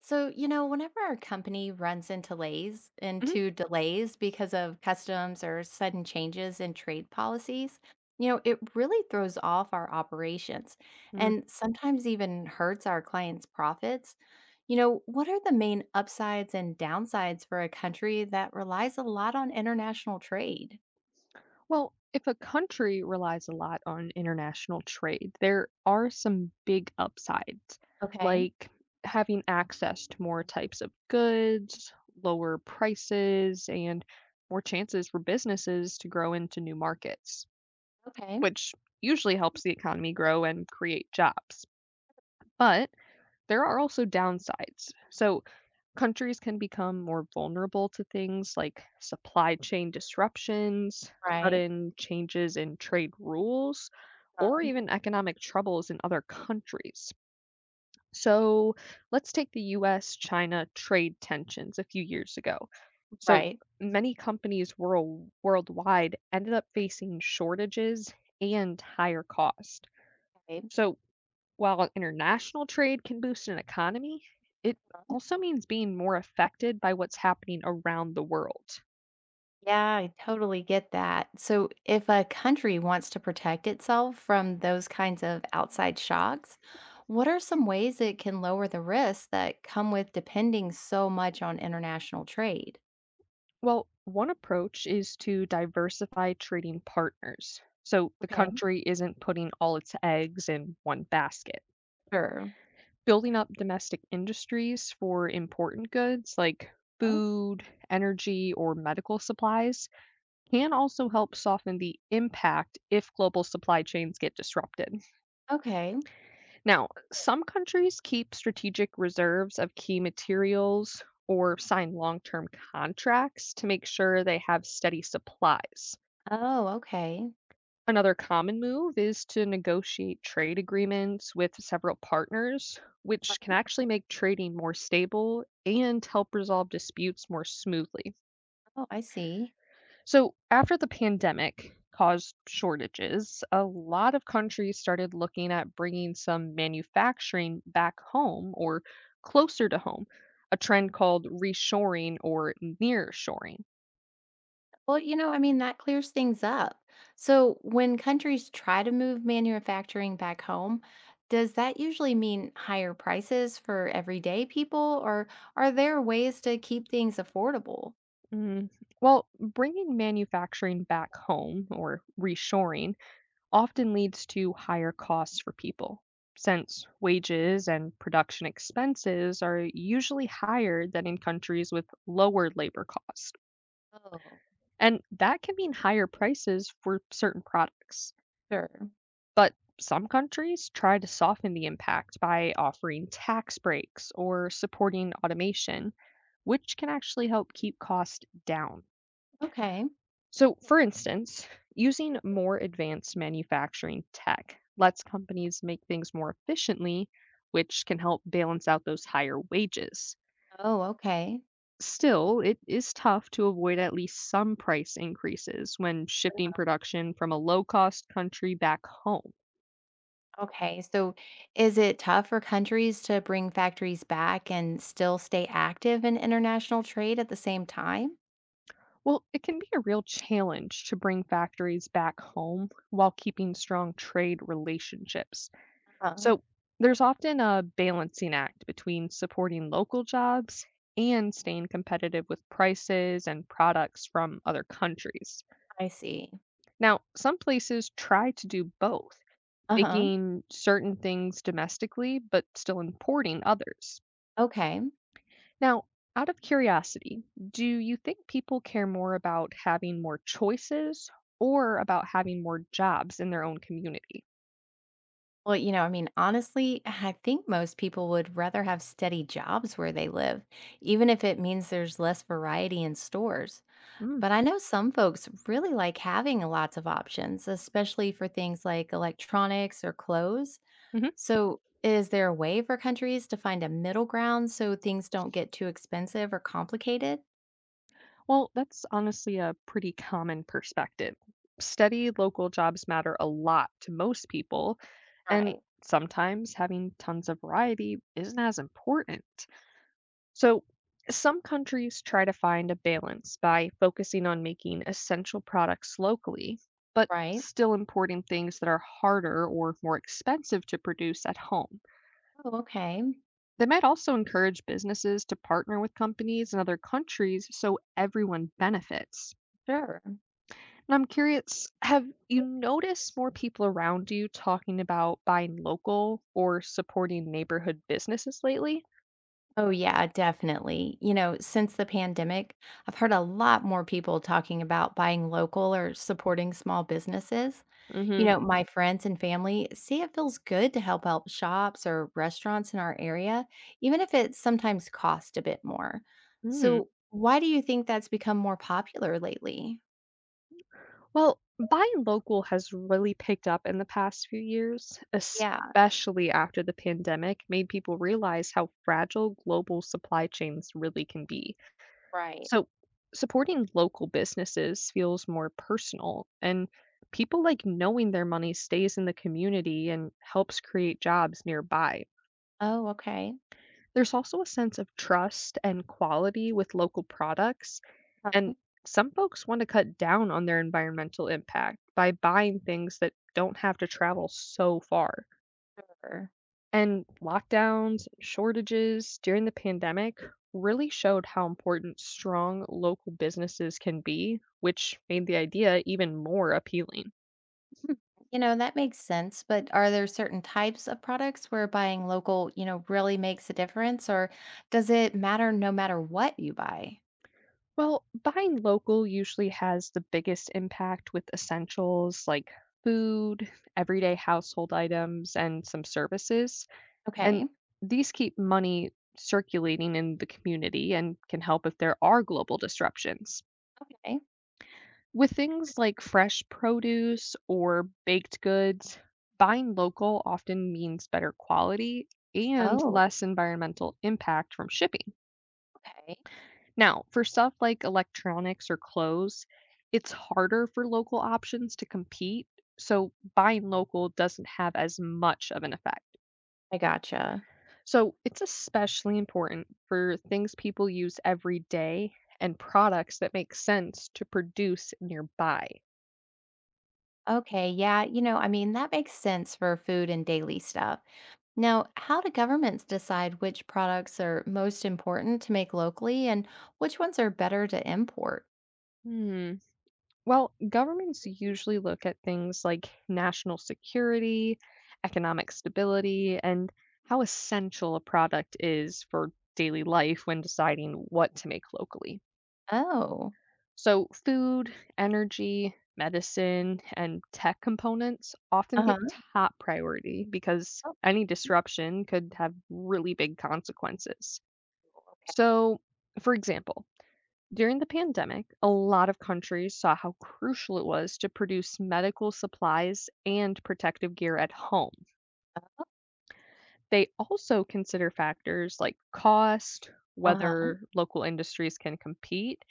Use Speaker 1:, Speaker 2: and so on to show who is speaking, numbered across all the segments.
Speaker 1: So, you know, whenever our company runs into delays,
Speaker 2: Mhm.
Speaker 1: because of customs or sudden changes in trade policies, you know, it really throws off our operations
Speaker 2: Mm.
Speaker 1: and sometimes even hurts our clients' profits. You know, what are the main upsides and downsides for a country that relies a lot on international trade?
Speaker 2: Well, if a country relies a lot on international trade, there are some big upsides,
Speaker 1: Okay.
Speaker 2: like having access to more types of goods, lower prices, and more chances for businesses to grow into new markets,
Speaker 1: Okay.
Speaker 2: which usually helps the economy grow and create jobs. But there are also downsides. So, countries can become more vulnerable to things like supply chain disruptions,
Speaker 1: Right.
Speaker 2: sudden changes in trade rules, or
Speaker 1: Um,
Speaker 2: even economic troubles in other countries. So let's take the US China trade tensions a few years ago. So
Speaker 1: right.
Speaker 2: many companies worldwide ended up facing shortages and higher cost.
Speaker 1: Okay.
Speaker 2: So while international trade can boost an economy, it also means being more affected by what's happening around the world.
Speaker 1: Yeah, I totally get that. So, if a country wants to protect itself from those kinds of outside shocks, what are some ways it can lower the risks that come with depending so much on international trade?
Speaker 2: Well, one approach is to diversify trading partners, so the
Speaker 1: Okay.
Speaker 2: country isn't putting all its eggs in one basket.
Speaker 1: Sure.
Speaker 2: Building up domestic industries for important goods like
Speaker 1: Huh?
Speaker 2: food, energy, or medical supplies can also help soften the impact if global supply chains get disrupted.
Speaker 1: Okay.
Speaker 2: Now, some countries keep strategic reserves of key materials or sign long term contracts to make sure they have steady supplies.
Speaker 1: Oh, okay.
Speaker 2: Another common move is to negotiate trade agreements with several partners, which can actually make trading more stable and help resolve disputes more smoothly.
Speaker 1: Oh, I see.
Speaker 2: So, after the pandemic caused shortages, a lot of countries started looking at bringing some manufacturing back home or closer to home, a trend called reshoring or nearshoring.
Speaker 1: Well, you know, I mean, that clears things up. So, when countries try to move manufacturing back home, does that usually mean higher prices for everyday people, or are there ways to keep things affordable?
Speaker 2: Mm. Well, bringing manufacturing back home or reshoring often leads to higher costs for people, since wages and production expenses are usually higher than in countries with lower labor costs.
Speaker 1: Oh,
Speaker 2: And that can mean higher prices for certain products.
Speaker 1: sure.
Speaker 2: But some countries try to soften the impact by offering tax breaks or supporting automation, which can actually help keep costs down.
Speaker 1: Okay.
Speaker 2: So, for instance, using more advanced manufacturing tech lets companies make things more efficiently, which can help balance out those higher wages.
Speaker 1: Oh, okay.
Speaker 2: Still, it is tough to avoid at least some price increases when shifting production from a low-cost country back home.
Speaker 1: Okay. So, is it tough for countries to bring factories back and still stay active in international trade at the same time?
Speaker 2: Well, it can be a real challenge to bring factories back home while keeping strong trade relationships.
Speaker 1: Uh,
Speaker 2: So, there's often a balancing act between supporting local jobs and staying competitive with prices and products from other countries.
Speaker 1: I see.
Speaker 2: Now, some places try to do both,
Speaker 1: Uh huh.
Speaker 2: making certain things domestically, but still importing others.
Speaker 1: Okay.
Speaker 2: Now, out of curiosity, do you think people care more about having more choices or about having more jobs in their own community?
Speaker 1: Well, you know, I mean, honestly, I think most people would rather have steady jobs where they live, even if it means there's less variety in stores.
Speaker 2: Mm,
Speaker 1: But I know some folks really like having lots of options, especially for things like electronics or clothes.
Speaker 2: mhm.
Speaker 1: So, is there a way for countries to find a middle ground so things don't get too expensive or complicated?
Speaker 2: Well, that's honestly a pretty common perspective. Steady local jobs matter a lot to most people, and
Speaker 1: Right,
Speaker 2: sometimes having tons of variety isn't as important. So, some countries try to find a balance by focusing on making essential products locally, but
Speaker 1: right.
Speaker 2: still importing things that are harder or more expensive to produce at home.
Speaker 1: Oh, okay,
Speaker 2: They might also encourage businesses to partner with companies in other countries so everyone benefits.
Speaker 1: sure.
Speaker 2: And I'm curious, have you noticed more people around you talking about buying local or supporting neighborhood businesses lately?
Speaker 1: Oh, yeah, definitely. You know, since the pandemic, I've heard a lot more people talking about buying local or supporting small businesses. You
Speaker 2: Mm-hmm.
Speaker 1: know, mhm, my friends and family see it feels good to help out shops or restaurants in our area, even if it sometimes costs a bit more. So, why do you think that's become more popular lately?
Speaker 2: Well, buying local has really picked up in the past few years,
Speaker 1: Yeah,
Speaker 2: especially after the pandemic made people realize how fragile global supply chains really can be.
Speaker 1: right.
Speaker 2: So, supporting local businesses feels more personal, and people like knowing their money stays in the community and helps create jobs nearby.
Speaker 1: Oh, okay.
Speaker 2: There's also a sense of trust and quality with local products, and
Speaker 1: Huh?
Speaker 2: some folks want to cut down on their environmental impact by buying things that don't have to travel so far. And lockdowns, shortages during the pandemic really showed how important strong local businesses can be, which made the idea even more appealing.
Speaker 1: You know, that makes sense, but are there certain types of products where buying local, you know, really makes a difference or does it matter no matter what you buy?
Speaker 2: Well, buying local usually has the biggest impact with essentials like food, everyday household items, and some services. And
Speaker 1: Okay.
Speaker 2: these keep money circulating in the community and can help if there are global disruptions.
Speaker 1: Okay.
Speaker 2: With things like fresh produce or baked goods, buying local often means better quality and
Speaker 1: Oh,
Speaker 2: less environmental impact from shipping.
Speaker 1: okay.
Speaker 2: Now, for stuff like electronics or clothes, it's harder for local options to compete, so buying local doesn't have as much of an effect.
Speaker 1: I gotcha.
Speaker 2: So it's especially important for things people use every day and products that make sense to produce nearby.
Speaker 1: Okay. Yeah. You know, I mean, that makes sense for food and daily stuff. Now, how do governments decide which products are most important to make locally and which ones are better to import?
Speaker 2: Hmm. Well, governments usually look at things like national security, economic stability, and how essential a product is for daily life when deciding what to make locally.
Speaker 1: Oh,
Speaker 2: So, food, energy, medicine, and tech components often
Speaker 1: uh
Speaker 2: get
Speaker 1: huh.
Speaker 2: top priority because any disruption could have really big consequences.
Speaker 1: Okay.
Speaker 2: So, for example, during the pandemic, a lot of countries saw how crucial it was to produce medical supplies and protective gear at home. They also consider factors like cost,
Speaker 1: Uh huh.
Speaker 2: whether local industries can compete,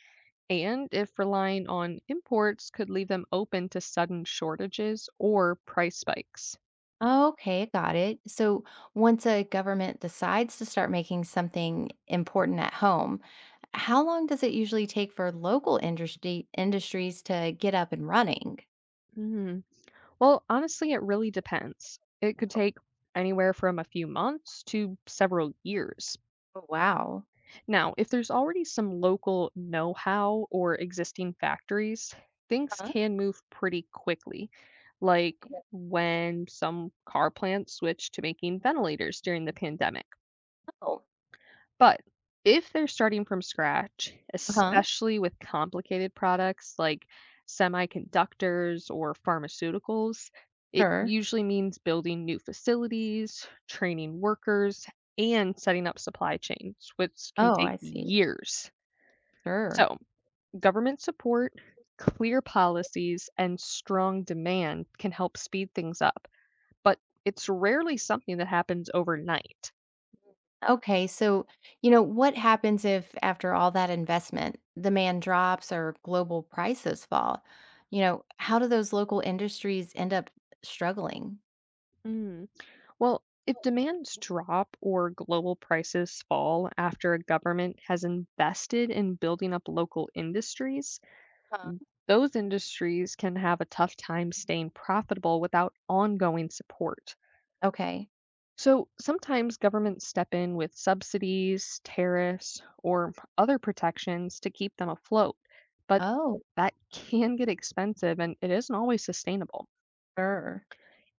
Speaker 2: and if relying on imports could leave them open to sudden shortages or price spikes.
Speaker 1: Okay, got it. So once a government decides to start making something important at home, how long does it usually take for local industry industries to get up and running?
Speaker 2: Mhm. Well, honestly, it really depends. It could
Speaker 1: Oh,
Speaker 2: take anywhere from a few months to several years.
Speaker 1: oh, wow.
Speaker 2: Now, if there's already some local know how or existing factories, things
Speaker 1: Huh?
Speaker 2: can move pretty quickly. Like
Speaker 1: Okay.
Speaker 2: when some car plants switched to making ventilators during the pandemic.
Speaker 1: Oh,
Speaker 2: But if they're starting from scratch,
Speaker 1: huh.
Speaker 2: especially with complicated products like semiconductors or pharmaceuticals, it
Speaker 1: Sure.
Speaker 2: usually means building new facilities, training workers, and setting up supply chains, which can
Speaker 1: Oh,
Speaker 2: take
Speaker 1: I see.
Speaker 2: years.
Speaker 1: Sure.
Speaker 2: So, government support, clear policies, and strong demand can help speed things up, but it's rarely something that happens overnight.
Speaker 1: Okay, so you know what happens if after all that investment, demand drops or global prices fall? You know, how do those local industries end up struggling?
Speaker 2: Well, if demands drop or global prices fall after a government has invested in building up local industries, those industries can have a tough time staying profitable without ongoing support.
Speaker 1: Okay.
Speaker 2: So sometimes governments step in with subsidies, tariffs, or other protections to keep them afloat, but
Speaker 1: Oh,
Speaker 2: that can get expensive and it isn't always sustainable.
Speaker 1: sure.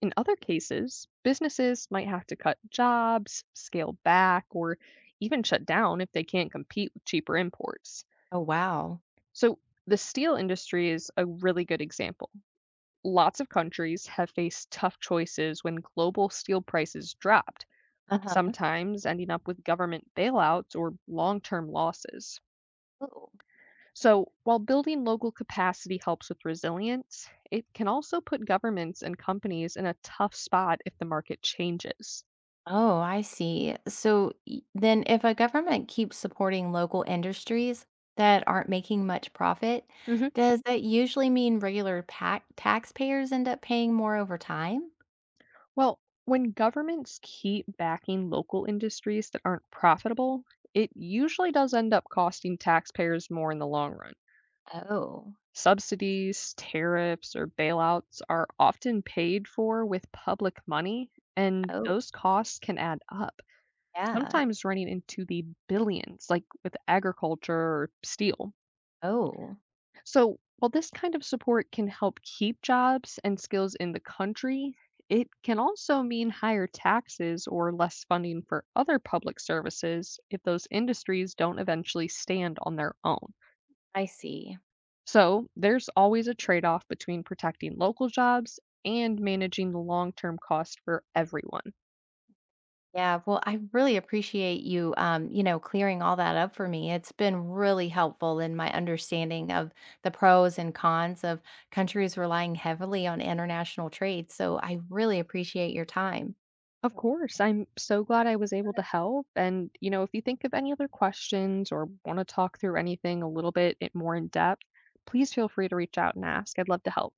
Speaker 2: In other cases, businesses might have to cut jobs, scale back, or even shut down if they can't compete with cheaper imports.
Speaker 1: Oh, wow.
Speaker 2: So, the steel industry is a really good example. Lots of countries have faced tough choices when global steel prices dropped,
Speaker 1: Uh-huh.
Speaker 2: sometimes ending up with government bailouts or long term losses.
Speaker 1: Oh,
Speaker 2: So, while building local capacity helps with resilience, it can also put governments and companies in a tough spot if the market changes.
Speaker 1: oh, I see. So then, if a government keeps supporting local industries that aren't making much profit, does that usually mean regular taxpayers end up paying more over time?
Speaker 2: Well, when governments keep backing local industries that aren't profitable, it usually does end up costing taxpayers more in the long run.
Speaker 1: Oh,
Speaker 2: Subsidies, tariffs, or bailouts are often paid for with public money, and
Speaker 1: oh,
Speaker 2: those costs can add up,
Speaker 1: yeah.
Speaker 2: sometimes running into the billions, like with agriculture or steel.
Speaker 1: Oh,
Speaker 2: So, while this kind of support can help keep jobs and skills in the country, it can also mean higher taxes or less funding for other public services if those industries don't eventually stand on their own.
Speaker 1: I see.
Speaker 2: So, there's always a trade off between protecting local jobs and managing the long term cost for everyone.
Speaker 1: Yeah, well, I really appreciate you, you know, clearing all that up for me. It's been really helpful in my understanding of the pros and cons of countries relying heavily on international trade. So I really appreciate your time.
Speaker 2: Of course. I'm so glad I was able to help. And, you know, if you think of any other questions or want to talk through anything a little bit more in depth, please feel free to reach out and ask. I'd love to help.